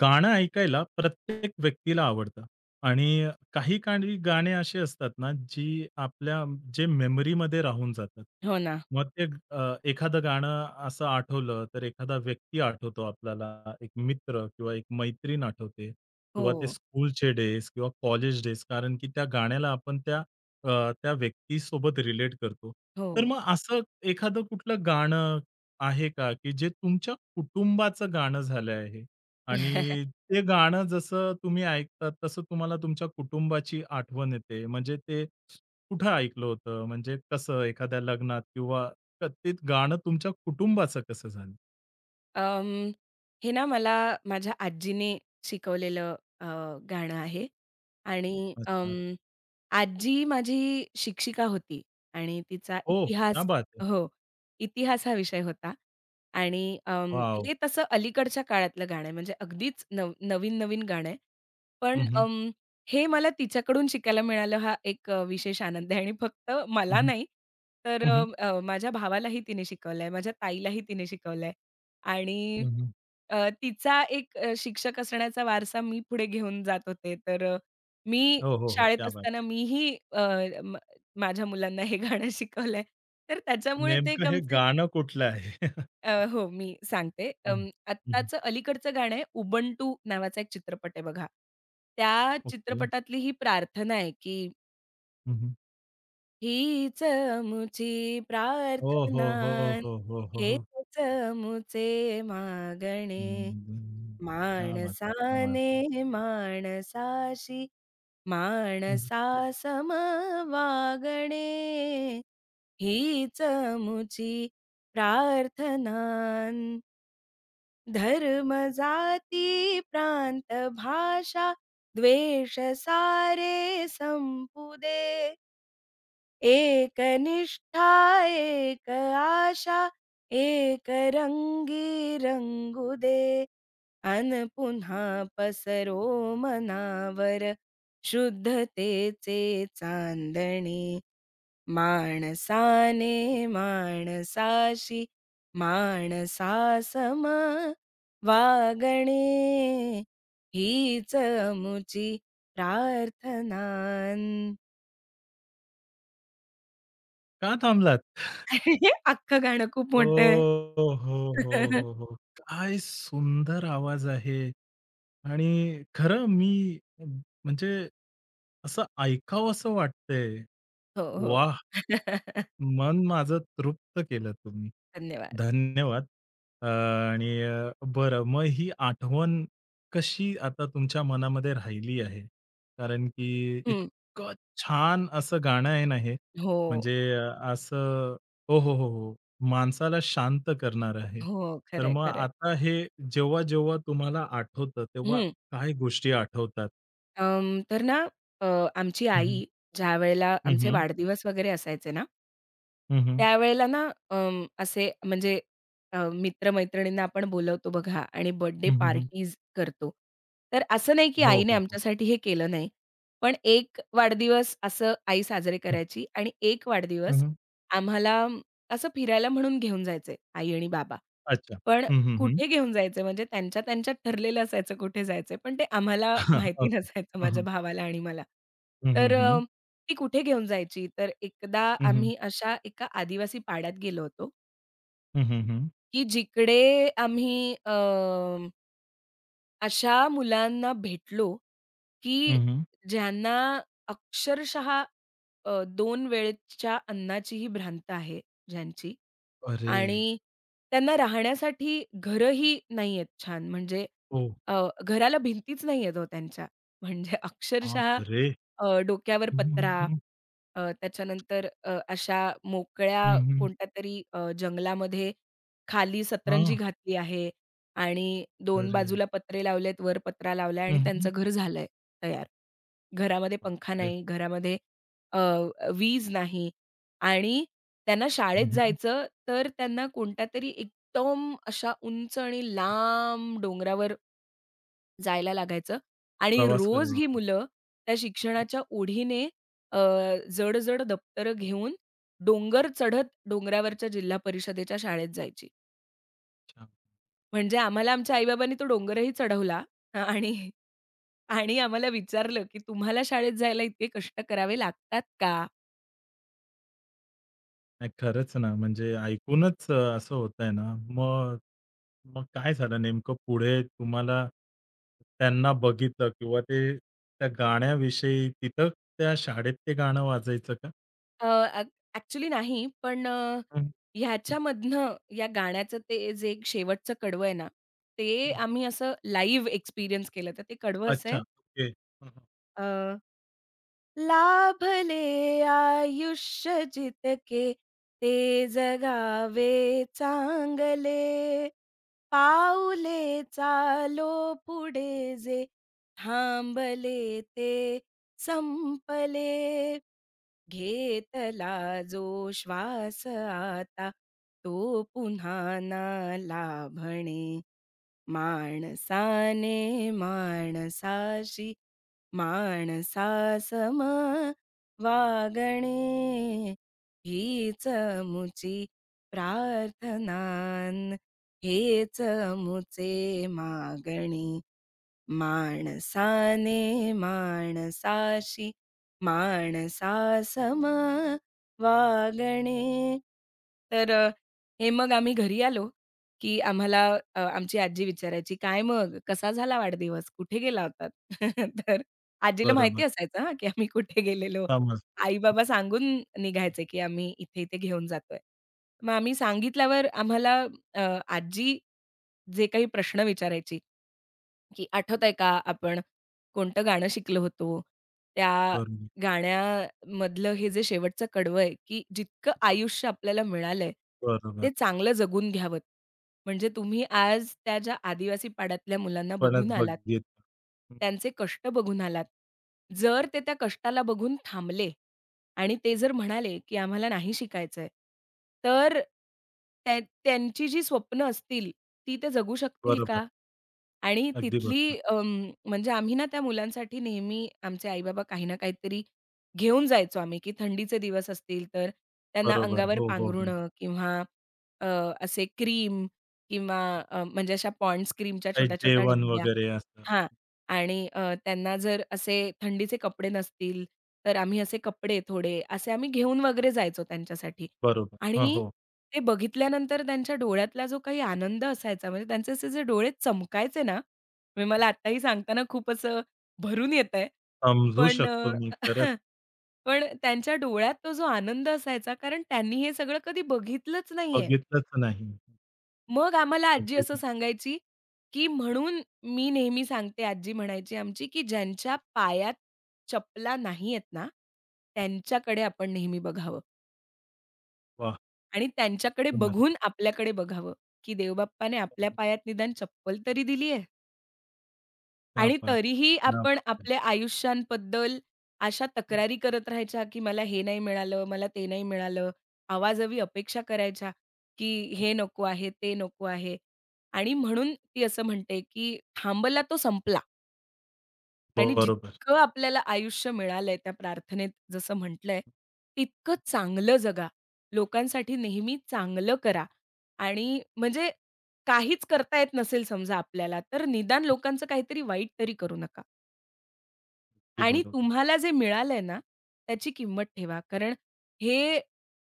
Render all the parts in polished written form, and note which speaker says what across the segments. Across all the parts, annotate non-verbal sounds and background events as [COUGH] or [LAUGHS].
Speaker 1: गाणं ऐकायला प्रत्येक व्यक्तीला आवडतं आणि काही काही गाणे असे असतात ना, जी आपल्या जे मेमरीमध्ये राहून जातात.
Speaker 2: हो ना.
Speaker 1: मग ते एखादं गाणं असं आठवलं, तर एखादा व्यक्ती आठवतो आपल्याला, एक मित्र किंवा एक मैत्रीण आठवते किंवा ते
Speaker 2: हो,
Speaker 1: स्कूलचे डेज किंवा कॉलेज डेज कारण की त्या गाण्याला आपण त्या अ, त्या व्यक्तीसोबत रिलेट करतो. तर
Speaker 2: हो.
Speaker 1: मग असं एखादं कुठलं गाणं आहे का, की जे तुमच्या कुटुंबाचं गाणं झालं आहे? आणि
Speaker 2: [LAUGHS]
Speaker 1: ते गाणं जसं तुम्ही ऐकतात, तसं तुम्हाला तुमच्या कुटुंबाची आठवण येते. म्हणजे ते कुठं ऐकलं होतं? म्हणजे कसं एखाद्या लग्नात किंवा ते गाणं तुमच्या कुटुंबाचं कसं झालं?
Speaker 2: अं, हे ना मला माझ्या आजीने शिकवलेलं गाणं आहे आणि
Speaker 1: अच्छा.
Speaker 2: आजी माझी शिक्षिका होती आणि तिचा
Speaker 1: ओह! क्या
Speaker 2: इतिहास
Speaker 1: बात है!
Speaker 2: हो, इतिहास हा विषय होता आणि
Speaker 1: वॉव!
Speaker 2: हे तसं अलीकडच्या काळातलं गाणं आहे म्हणजे अगदीच नवीन-नवीन गाणं आहे. पण
Speaker 1: हं, हं.
Speaker 2: हे मला तिच्याकडून शिकायला मिळालं हा एक विशेष आनंद आहे आणि फक्त
Speaker 1: हं,
Speaker 2: मला
Speaker 1: हं.
Speaker 2: नाही तर अ, अ, माझ्या भावालाही तिने शिकवलंय, माझ्या ताईलाही तिने शिकवलंय. आणि तिचा एक शिक्षक असण्याचा वारसा मी पुढे घेऊन जात होते. तर मी
Speaker 1: हो, हो, हो.
Speaker 2: शाळेत
Speaker 1: क्या बात.
Speaker 2: असताना मीही अ, म माझ्या मुलांना हे गाणं शिकवलंय. तर त्याच्यामुळे
Speaker 1: नेमकं हे गाणं कुठलं आहे? [LAUGHS]
Speaker 2: हो, मी सांगते.
Speaker 1: हं, हं, हं.
Speaker 2: आत्ताचं अलीकडचं गाणं आहे उबंटू नावाचा एक चित्रपट आहे बघा. त्या
Speaker 1: ओके.
Speaker 2: चित्रपटातली ही प्रार्थना आहे, की
Speaker 1: हं, हं.
Speaker 2: हीच आमची
Speaker 1: हो, हो,
Speaker 2: प्रार्थना,
Speaker 1: हो, हो, हो, हो, हो.
Speaker 2: हेच आमुचे मागणे.
Speaker 1: हम्म. क्या बात है! क्या बात है!
Speaker 2: माणसाने माणसाशी
Speaker 1: हं.
Speaker 2: माणसासम वागणे हीच मुची प्रार्थना. धर्म जाती प्रांत भाषा द्वेष सारे संपुदे एक निष्ठा एक आशा एक रंगी रंगू दे अन् पुन्हा पसरो मनावर शुद्धतेचे चांदणे. माणसाने माणसाशी माणसासम वागणे. हीच अमुची प्रार्थनान्.
Speaker 1: का थांबलात?
Speaker 2: [LAUGHS] अख्खं गाणं खूप मोठं आहे.
Speaker 1: हो, हो, हो,
Speaker 2: [LAUGHS]
Speaker 1: हो, हो. काय सुंदर आवाज आहे आणि खरं मी म्हणजे असं ऐकावंसं वाटतंय.
Speaker 2: हो, हो.
Speaker 1: वाह!
Speaker 2: [LAUGHS]
Speaker 1: मन माझं तृप्त केलं तुम्ही.
Speaker 2: धन्यवाद.
Speaker 1: धन्यवाद. आणि बरं मग ही आठवण कशी आता तुमच्या मनामध्ये राहिली आहे? कारण की
Speaker 2: हं.
Speaker 1: इतकं छान असं गाणं आहे ना हे.
Speaker 2: हो.
Speaker 1: म्हणजे असं हो, हो, हो, हो. माणसाला शांत करणारं आहे.
Speaker 2: हो.
Speaker 1: तर
Speaker 2: खरंय,
Speaker 1: मग
Speaker 2: खरंय.
Speaker 1: आता हे जेव्हा-जेव्हा तुम्हाला आठवतं, तेव्हा
Speaker 2: हं.
Speaker 1: काय गोष्टी आठवतात?
Speaker 2: तर ना अ, आमची
Speaker 1: हं, हं.
Speaker 2: आई ज्यावेळेला
Speaker 1: हं,
Speaker 2: आमचे
Speaker 1: हं.
Speaker 2: वाढदिवस वगैरे असायचे ना
Speaker 1: हं, हं.
Speaker 2: त्यावेळेला ना असे म्हणजे मित्र आपण बोलवतो बघा आणि बर्थडे पार्टीज करतो. तर असं नाही की
Speaker 1: हो,
Speaker 2: आईने
Speaker 1: हो, हो.
Speaker 2: आमच्यासाठी हे केलं नाही. पण एक वाढदिवस असं आई साजरे
Speaker 1: हं,
Speaker 2: करायची आणि एक वाढदिवस
Speaker 1: हं.
Speaker 2: आम्हाला असं फिरायला म्हणून घेऊन जायचे आई आणि बाबा.
Speaker 1: अच्छा.
Speaker 2: पण
Speaker 1: हं, हं, हं.
Speaker 2: कुठे घेऊन जायचं म्हणजे त्यांच्या त्यांच्यात ठरलेलं असायचं कुठे जायचंय, पण ते आम्हाला
Speaker 1: हां,
Speaker 2: माहिती [LAUGHS]
Speaker 1: ओके.
Speaker 2: नसायचं
Speaker 1: हं,
Speaker 2: माझ्या
Speaker 1: हं.
Speaker 2: भावाला आणि मला.
Speaker 1: हं, हं,
Speaker 2: तर
Speaker 1: हं.
Speaker 2: ती कुठे घेऊन जायची, तर एकदा
Speaker 1: हं, हं.
Speaker 2: आम्ही अशा एका आदिवासी पाड्यात गेलो होतो,
Speaker 1: हं, हं, हं.
Speaker 2: की जिकडे आम्ही अशा मुलांना भेटलो, की
Speaker 1: हं, हं.
Speaker 2: ज्यांना अक्षरशः 2 वेळेच्या अन्नाचीही भ्रांत आहे ज्यांची.
Speaker 1: अरे!
Speaker 2: आणि त्यांना राहण्यासाठी घरंही नाहीयेत छान. म्हणजे
Speaker 1: ओ.
Speaker 2: अ, घराला भिंतीच नाहीयेत हो त्यांच्या. म्हणजे [LAUGHS] अक्षरशः
Speaker 1: बापरे!
Speaker 2: डोक्यावर
Speaker 1: हं, हं,
Speaker 2: पत्रा,
Speaker 1: हं.
Speaker 2: त्याच्यानंतर अशा मोकळ्या
Speaker 1: हं, हं.
Speaker 2: कोणत्यातरी जंगलामध्ये खाली सतरंजी
Speaker 1: हां.
Speaker 2: घातली आहे आणि दोन
Speaker 1: अरे!
Speaker 2: बाजूला पत्रे लावलेत, वर पत्रा लावलाय आणि
Speaker 1: हं, हं.
Speaker 2: त्यांचं घर झालंय तयार. घरामध्ये पंखा
Speaker 1: बापरे!
Speaker 2: नाही, घरामध्ये अ, वीज नाही आणि त्यांना शाळेत
Speaker 1: हं, हं.
Speaker 2: जायचं, तर त्यांना कोणत्या तरी एकदम अशा उंच आणि लांब डोंगरावर जायला लागायचं आणि
Speaker 1: प्रवास
Speaker 2: रोज
Speaker 1: करावा
Speaker 2: ही
Speaker 1: लागेल.
Speaker 2: मुलं त्या शिक्षणाच्या ओढीने अ, जड-जड दप्तरं घेऊन डोंगर चढत डोंगरावरच्या जिल्हा परिषदेच्या शाळेत जायची.
Speaker 1: अच्छा.
Speaker 2: म्हणजे आम्हाला आमच्या आई तो डोंगरही चढवला आणि आणि आम्हाला विचारलं, की "तुम्हाला शाळेत जायला इतके कष्ट करावे लागतात का?"
Speaker 1: नाही खरंच ना, म्हणजे ऐकूनच असं होतंय ना. मग मग काय झालं नेमकं पुढे तुम्हाला त्यांना बघितलं किंवा ते त्या गाण्याविषयी तिथं त्या शाळेत ते गाणं वाजायचं का?
Speaker 2: अ, ॲ ॲक्चुअली नाही. पण
Speaker 1: हं, हं,
Speaker 2: ह्याच्यामधनं या गाण्याचं ते जे एक शेवटचं कडवं आहे ना, ते
Speaker 1: हं.
Speaker 2: आम्ही असं लाईव्ह एक्सपिरियन्स केलं. तर ते कडवं असं
Speaker 1: अच्छा.
Speaker 2: आहे.
Speaker 1: ओके. हं, हं.
Speaker 2: अ, लाभले आयुष्य जितके ते जगावे चांगले, पाऊले चालो पुढे जे थांबले ते संपले. घेतला जो श्वास आता तो पुन्हा ना लाभणे माणसाने माणसाशी माणसासम वागणे हीच मुची प्रार्थनान हेच मुचे मागणे माणसाने माणसाशी माणसासम वागणे. तर हे मग आम्ही घरी आलो, की आम्हाला आमची आजी विचारायची, "काय मग कसा झाला वाढदिवस? कुठे गेला होतात?" [LAUGHS] तर आजीला
Speaker 1: बरोबर.
Speaker 2: माहिती असायचं हां, की आम्ही कुठे गेलेलो.
Speaker 1: समज.
Speaker 2: आई-बाबा सांगून निघायचे, की आम्ही इथे-इथे घेऊन जातोय. मग आम्ही सांगितल्यावर आम्हाला अ, आजी जे काही प्रश्न विचारायची की आठवतंय का आपण कोणतं गाणं शिकलो होतो? त्या
Speaker 1: बरोबर.
Speaker 2: गाण्यामधलं हे जे शेवटचं कडवं आहे, की जितकं आयुष्य आपल्याला मिळालंय,
Speaker 1: बरोबर.
Speaker 2: ते चांगलं जगून घ्यावं. म्हणजे तुम्ही आज त्या ज्या आदिवासी पाड्यातल्या मुलांना
Speaker 1: परत
Speaker 2: बघून आलात,
Speaker 1: बघित हं.
Speaker 2: त्यांचे कष्ट बघून आलात. जर ते त्या कष्टाला बघून थांबले आणि ते जर म्हणाले, की आम्हाला नाही शिकायचंय, तर त्या त्यांची जी स्वप्न असतील, ती ते जगू शकतील
Speaker 1: बरोबर.
Speaker 2: का? आणि
Speaker 1: अगदी बरोबर.
Speaker 2: तिथली म्हणजे आम्ही ना त्या मुलांसाठी नेहमी आमचे आई-बाबा काही ना काहीतरी घेऊन जायचो आम्ही, की थंडीचे दिवस असतील तर त्यांना
Speaker 1: बरोबर.
Speaker 2: अंगावर
Speaker 1: हो, हो, हो.
Speaker 2: पांघरुणं किंवा अ, असे क्रीम किंवा म्हणजे अशा पॉंड्स क्रीमच्या
Speaker 1: काही
Speaker 2: छोट्या-छोट्या
Speaker 1: जेवण
Speaker 2: डब्या
Speaker 1: वगैरे असं.
Speaker 2: हां. आणि त्यांना जर असे थंडीचे कपडे नसतील, तर आम्ही असे कपडे थोडे असे आम्ही घेऊन वगैरे जायचो त्यांच्यासाठी.
Speaker 1: बरोबर. हो,
Speaker 2: आणि
Speaker 1: हो.
Speaker 2: ते बघितल्यानंतर त्यांच्या डोळ्यातला जो काही आनंद असायचा, म्हणजे त्यांचे असे जे डोळे चमकायचे ना, म्हणजे मला आत्ताही सांगताना खूप असं भरून येतंय.
Speaker 1: समजू
Speaker 2: पण
Speaker 1: शकतो मी खरंच.
Speaker 2: [LAUGHS] पण त्यांच्या डोळ्यात तो जो आनंद असायचा, कारण त्यांनी हे सगळं कधी बघितलंच नाहीये.
Speaker 1: बघितलंच नाही.
Speaker 2: मग आम्हाला आजी
Speaker 1: अगदीच.
Speaker 2: असं सांगायची, की म्हणून मी नेहमी सांगते आजी म्हणायची आमची, की ज्यांच्या पायात चपला नाही आहेत ना, त्यांच्याकडे आपण नेहमी बघावं
Speaker 1: वाह!
Speaker 2: आणि त्यांच्याकडे
Speaker 1: कमाल.
Speaker 2: बघून आपल्याकडे बघावं, की देवबाप्पाने आपल्या पायात निदान चप्पल तरी दिली आहे.
Speaker 1: क्या
Speaker 2: आणि
Speaker 1: बात!
Speaker 2: तरीही
Speaker 1: क्या
Speaker 2: आपण
Speaker 1: बात है!
Speaker 2: आपल्या आयुष्यांबद्दल अशा
Speaker 1: हं.
Speaker 2: तक्रारी करत राहायच्या, की मला हे नाही मिळालं, मला ते नाही मिळालं. आवाजावी अपेक्षा करायच्या, की हे नको आहे, ते नको आहे. आणि म्हणून ती असं म्हणते, की "थांबला तो संपला." आणि
Speaker 1: बरोबर.
Speaker 2: जितकं आपल्याला आयुष्य मिळालंय त्या प्रार्थनेत जसं म्हटलंय, तितकं चांगलं जगा. लोकांसाठी नेहमी चांगलं करा आणि म्हणजे काहीच करता येत नसेल समजा आपल्याला, तर निदान लोकांचं काहीतरी वाईट तरी करू नका.
Speaker 1: अगदी
Speaker 2: आणि
Speaker 1: बरोबर.
Speaker 2: तुम्हाला जे मिळालंय ना, त्याची किंमत ठेवा. कारण हे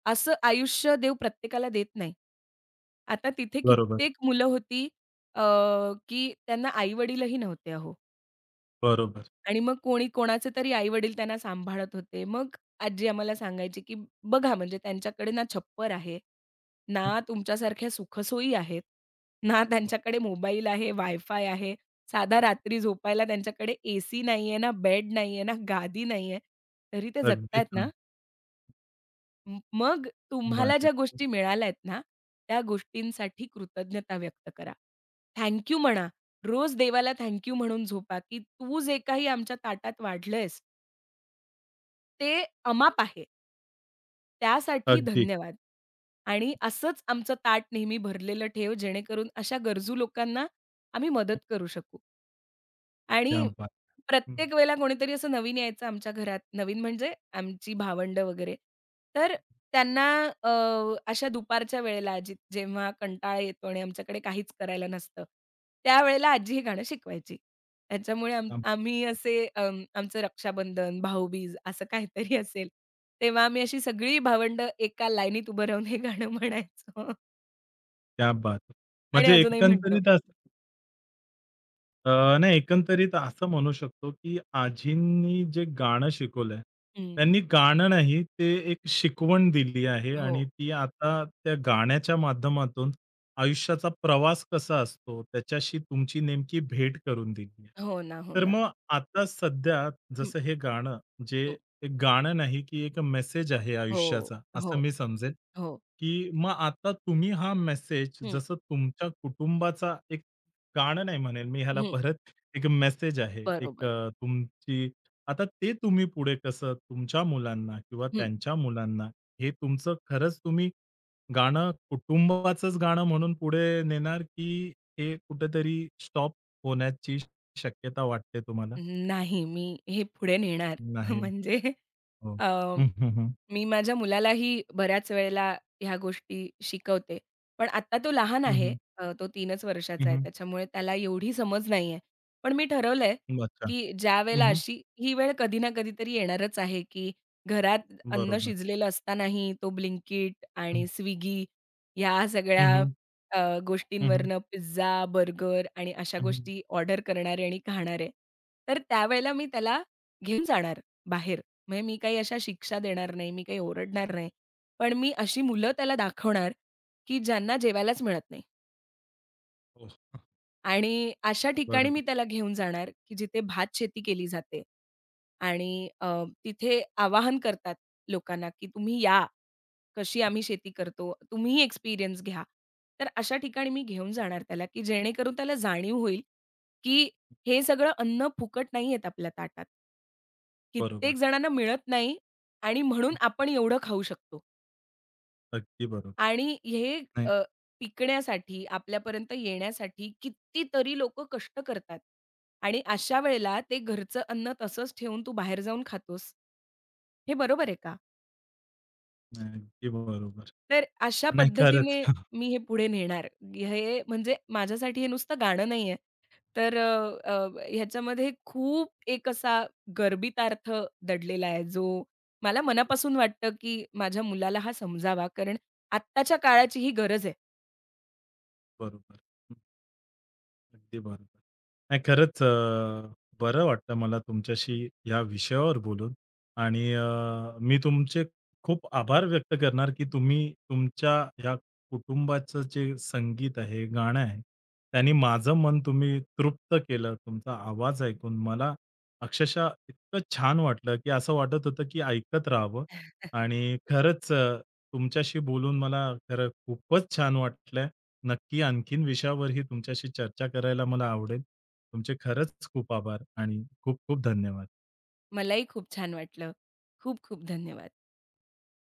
Speaker 2: असं आयुष्य देव प्रत्येकाला देत नाही. आता तिथे
Speaker 1: बरोबर.
Speaker 2: कित्येक मुलं होती अ, की त्यांना आई-वडीलही नव्हते अहो.
Speaker 1: बरोबर.
Speaker 2: आणि मग कोणी कोणाचे तरी आई-वडील त्यांना सांभाळत होते. मग आजी आम्हाला सांगायची, की "बघा म्हणजे त्यांच्याकडे ना छप्पर आहे,
Speaker 1: हं.
Speaker 2: ना तुमच्यासारख्या सुखसोयी आहेत, ना
Speaker 1: हो.
Speaker 2: त्यांच्याकडे मोबाईल आहे, वायफाय आहे. साधा रात्री झोपायला त्यांच्याकडे एसी नाहीये, ना बेड नाहीये, ना गादी नाहीये. तरी ते जगतायत
Speaker 1: अगदीच ना.
Speaker 2: ना. मग
Speaker 1: क्या बात
Speaker 2: तुम्हाला
Speaker 1: है!
Speaker 2: ज्या गोष्टी मिळाल्यात ना, त्या गोष्टींसाठी कृतज्ञता व्यक्त करा. थँक म्हणा. रोज देवाला थँक म्हणून झोपा, की तू जे काही आमच्या ताटात वाढलंयस ते अमाप आहे. त्यासाठी
Speaker 1: अगदी.
Speaker 2: धन्यवाद. आणि असंच आमचं ताट नेहमी भरलेलं ठेव, जेणेकरून अशा गरजू लोकांना आम्ही मदत करू शकू.
Speaker 1: क्या
Speaker 2: आणि
Speaker 1: बात! हं.
Speaker 2: प्रत्येक वेळेला कोणीतरी असं नवीन यायचं आमच्या घरात. नवीन म्हणजे आमची भावंड वगैरे. तर त्यांना अ, अशा दुपारच्या वेळेला जी जेव्हा कंटाळा येतो आणि आमच्याकडे काहीच करायला नसतं, त्यावेळेला आजी हे गाणं शिकवायची. त्याच्यामुळे
Speaker 1: क्या
Speaker 2: आम्ही
Speaker 1: बात है!
Speaker 2: असे आमचं रक्षाबंधन, भाऊबीज असं काहीतरी असेल, तेव्हा आम्ही अशी सगळी भावंडं एका लाईनीत उभं राहून हे गाणं म्हणायचो
Speaker 1: क्या बात है!
Speaker 2: आणि
Speaker 1: म्हणजे
Speaker 2: अजूनही म्हणतो.
Speaker 1: एकंदरीत असं अ, नाही एकंदरीत असं म्हणू शकतो, की आजींनी जे गाणं शिकवलंय,
Speaker 2: हं.
Speaker 1: त्यांनी गाणं नाही ते एक शिकवण दिली आहे
Speaker 2: हो.
Speaker 1: आणि ती आता त्या गाण्याच्या माध्यमातून आयुष्याचा प्रवास कसा असतो, त्याच्याशी तुमची नेमकी भेट करून दिली आहे.
Speaker 2: हो ना, हो
Speaker 1: तर
Speaker 2: ना.
Speaker 1: मग आता सध्या
Speaker 2: हं,
Speaker 1: जसं हे गाणं जे
Speaker 2: हं.
Speaker 1: एक गाणं नाही, की एक मेसेज आहे
Speaker 2: हो,
Speaker 1: आयुष्याचा असं
Speaker 2: हो.
Speaker 1: मी समजेल,
Speaker 2: हो.
Speaker 1: की मग आता तुम्ही हा मेसेज
Speaker 2: हं,
Speaker 1: जसं तुमच्या कुटुंबाचा एक गाणं नाही म्हणेल मी ह्याला
Speaker 2: हं.
Speaker 1: परत एक मेसेज आहे. एक
Speaker 2: बरोबर.
Speaker 1: तुमची आता ते तुम्ही पुढे कसं तुमच्या मुलांना किंवा
Speaker 2: हं.
Speaker 1: त्यांच्या मुलांना हे तुमचं खरंच तुम्ही गाणं कुटुंबाचंच गाणं म्हणून पुढे नेणार, की हे कुठेतरी स्टॉप होण्याची शक्यता वाटते तुम्हाला?
Speaker 2: नाही, मी हे पुढे नेणार. [LAUGHS]
Speaker 1: नाही.
Speaker 2: म्हणजे
Speaker 1: हो.
Speaker 2: अ,
Speaker 1: हं, हं, हं.
Speaker 2: मी माझ्या मुलालाही बऱ्याच वेळेला ह्या गोष्टी शिकवते. पण आता तो लहान
Speaker 1: हं,
Speaker 2: आहे.
Speaker 1: हं.
Speaker 2: तो 3च
Speaker 1: हं,
Speaker 2: वर्षाचा आहे.
Speaker 1: हं.
Speaker 2: त्याच्यामुळे त्याला एवढी समज नाहीये. पण मी ठरवलंय,
Speaker 1: अच्छा.
Speaker 2: की
Speaker 1: हं,
Speaker 2: ज्यावेळेला
Speaker 1: हं.
Speaker 2: अशी ही वेळ कधी ना कधीतरी येणारच आहे, की घरात अन्न
Speaker 1: बरोबर.
Speaker 2: शिजलेलं असतानाही तो Blinkit आणि
Speaker 1: हं,
Speaker 2: Swiggy ह्या सगळ्या
Speaker 1: हं, हं.
Speaker 2: अ,
Speaker 1: हं, हं.
Speaker 2: गोष्टींवरनं पिझ्झा, बर्गर आणि अशा
Speaker 1: हं, हं.
Speaker 2: गोष्टी ऑर्डर करणारे आणि खाणारे. तर त्यावेळेला मी त्याला घेऊन जाणार बाहेर. म्हणजे मी काही अशा शिक्षा देणार नाही, मी काही ओरडणार नाही. पण मी अशी मुलं त्याला दाखवणार, की ज्यांना जेवायलाच मिळत नाही
Speaker 1: हो.
Speaker 2: आणि अशा ठिकाणी
Speaker 1: बरोबर,
Speaker 2: मी त्याला घेऊन जाणार, की जिथे भातशेती केली जाते आणि तिथे आवाहन करतात लोकांना, की तुम्ही या. कशी आम्ही शेती करतो, तुम्हीही एक्सपिरियन्स घ्या. तर अशा ठिकाणी मी घेऊन जाणार त्याला, की जेणेकरून त्याला जाणीव होईल, की हे सगळं अन्न फुकट नाहीयेत आपल्या ताटात.
Speaker 1: बरोबर.
Speaker 2: कित्येक जणांना मिळत नाही आणि म्हणून
Speaker 1: हं.
Speaker 2: आपण एवढं खाऊ शकतो
Speaker 1: अगदी बरोबर.
Speaker 2: आणि हे
Speaker 1: नाही,
Speaker 2: अ, पिकण्यासाठी, आपल्यापर्यंत येण्यासाठी कितीतरी लोकं कष्ट करतात आणि अशा वेळेला ते घरचं अन्न तसंच ठेवून तू बाहेर जाऊन खातोस, हे बरोबर आहे का?
Speaker 1: नाही. अगदी बरोबर.
Speaker 2: तर अशा
Speaker 1: नाही खरंच.
Speaker 2: पद्धतीने
Speaker 1: [LAUGHS]
Speaker 2: मी हे पुढे नेणार. हे म्हणजे माझ्यासाठी हे नुसतं गाणं नाहीये. तर अ, अ, ह्याच्यामध्ये खूप एक असा गर्भितार्थ दडलेला आहे, जो मला मनापासून वाटतं, की माझ्या मुलाला हा समजावा, कारण आत्ताच्या काळाची ही गरज आहे.
Speaker 1: बरोबर. हं. अगदी बरोबर. नाही खरंच बरं वाटलं मला तुमच्याशी या विषयावर बोलून आणि मी तुमचे खूप आभार व्यक्त करणार, की तुम्ही तुमच्या ह्या कुटुंबाचं जे संगीत आहे, गाणं आहे, त्याने माझं मन तुम्ही तृप्त केलं. तुमचा आवाज ऐकून मला अक्षरशः इतकं छान वाटलं, की असं वाटत होतं, की ऐकत राहावं आणि खरंच तुमच्याशी बोलून मला खरं खूपच छान वाटलं. नक्की आणखीन विषयावरही तुमच्याशी चर्चा करायला मला आवडेल. तुमचे खरंच खूप आभार आणि खूप खूप धन्यवाद.
Speaker 2: मलाही खूप छान वाटलं. खूप खूप धन्यवाद.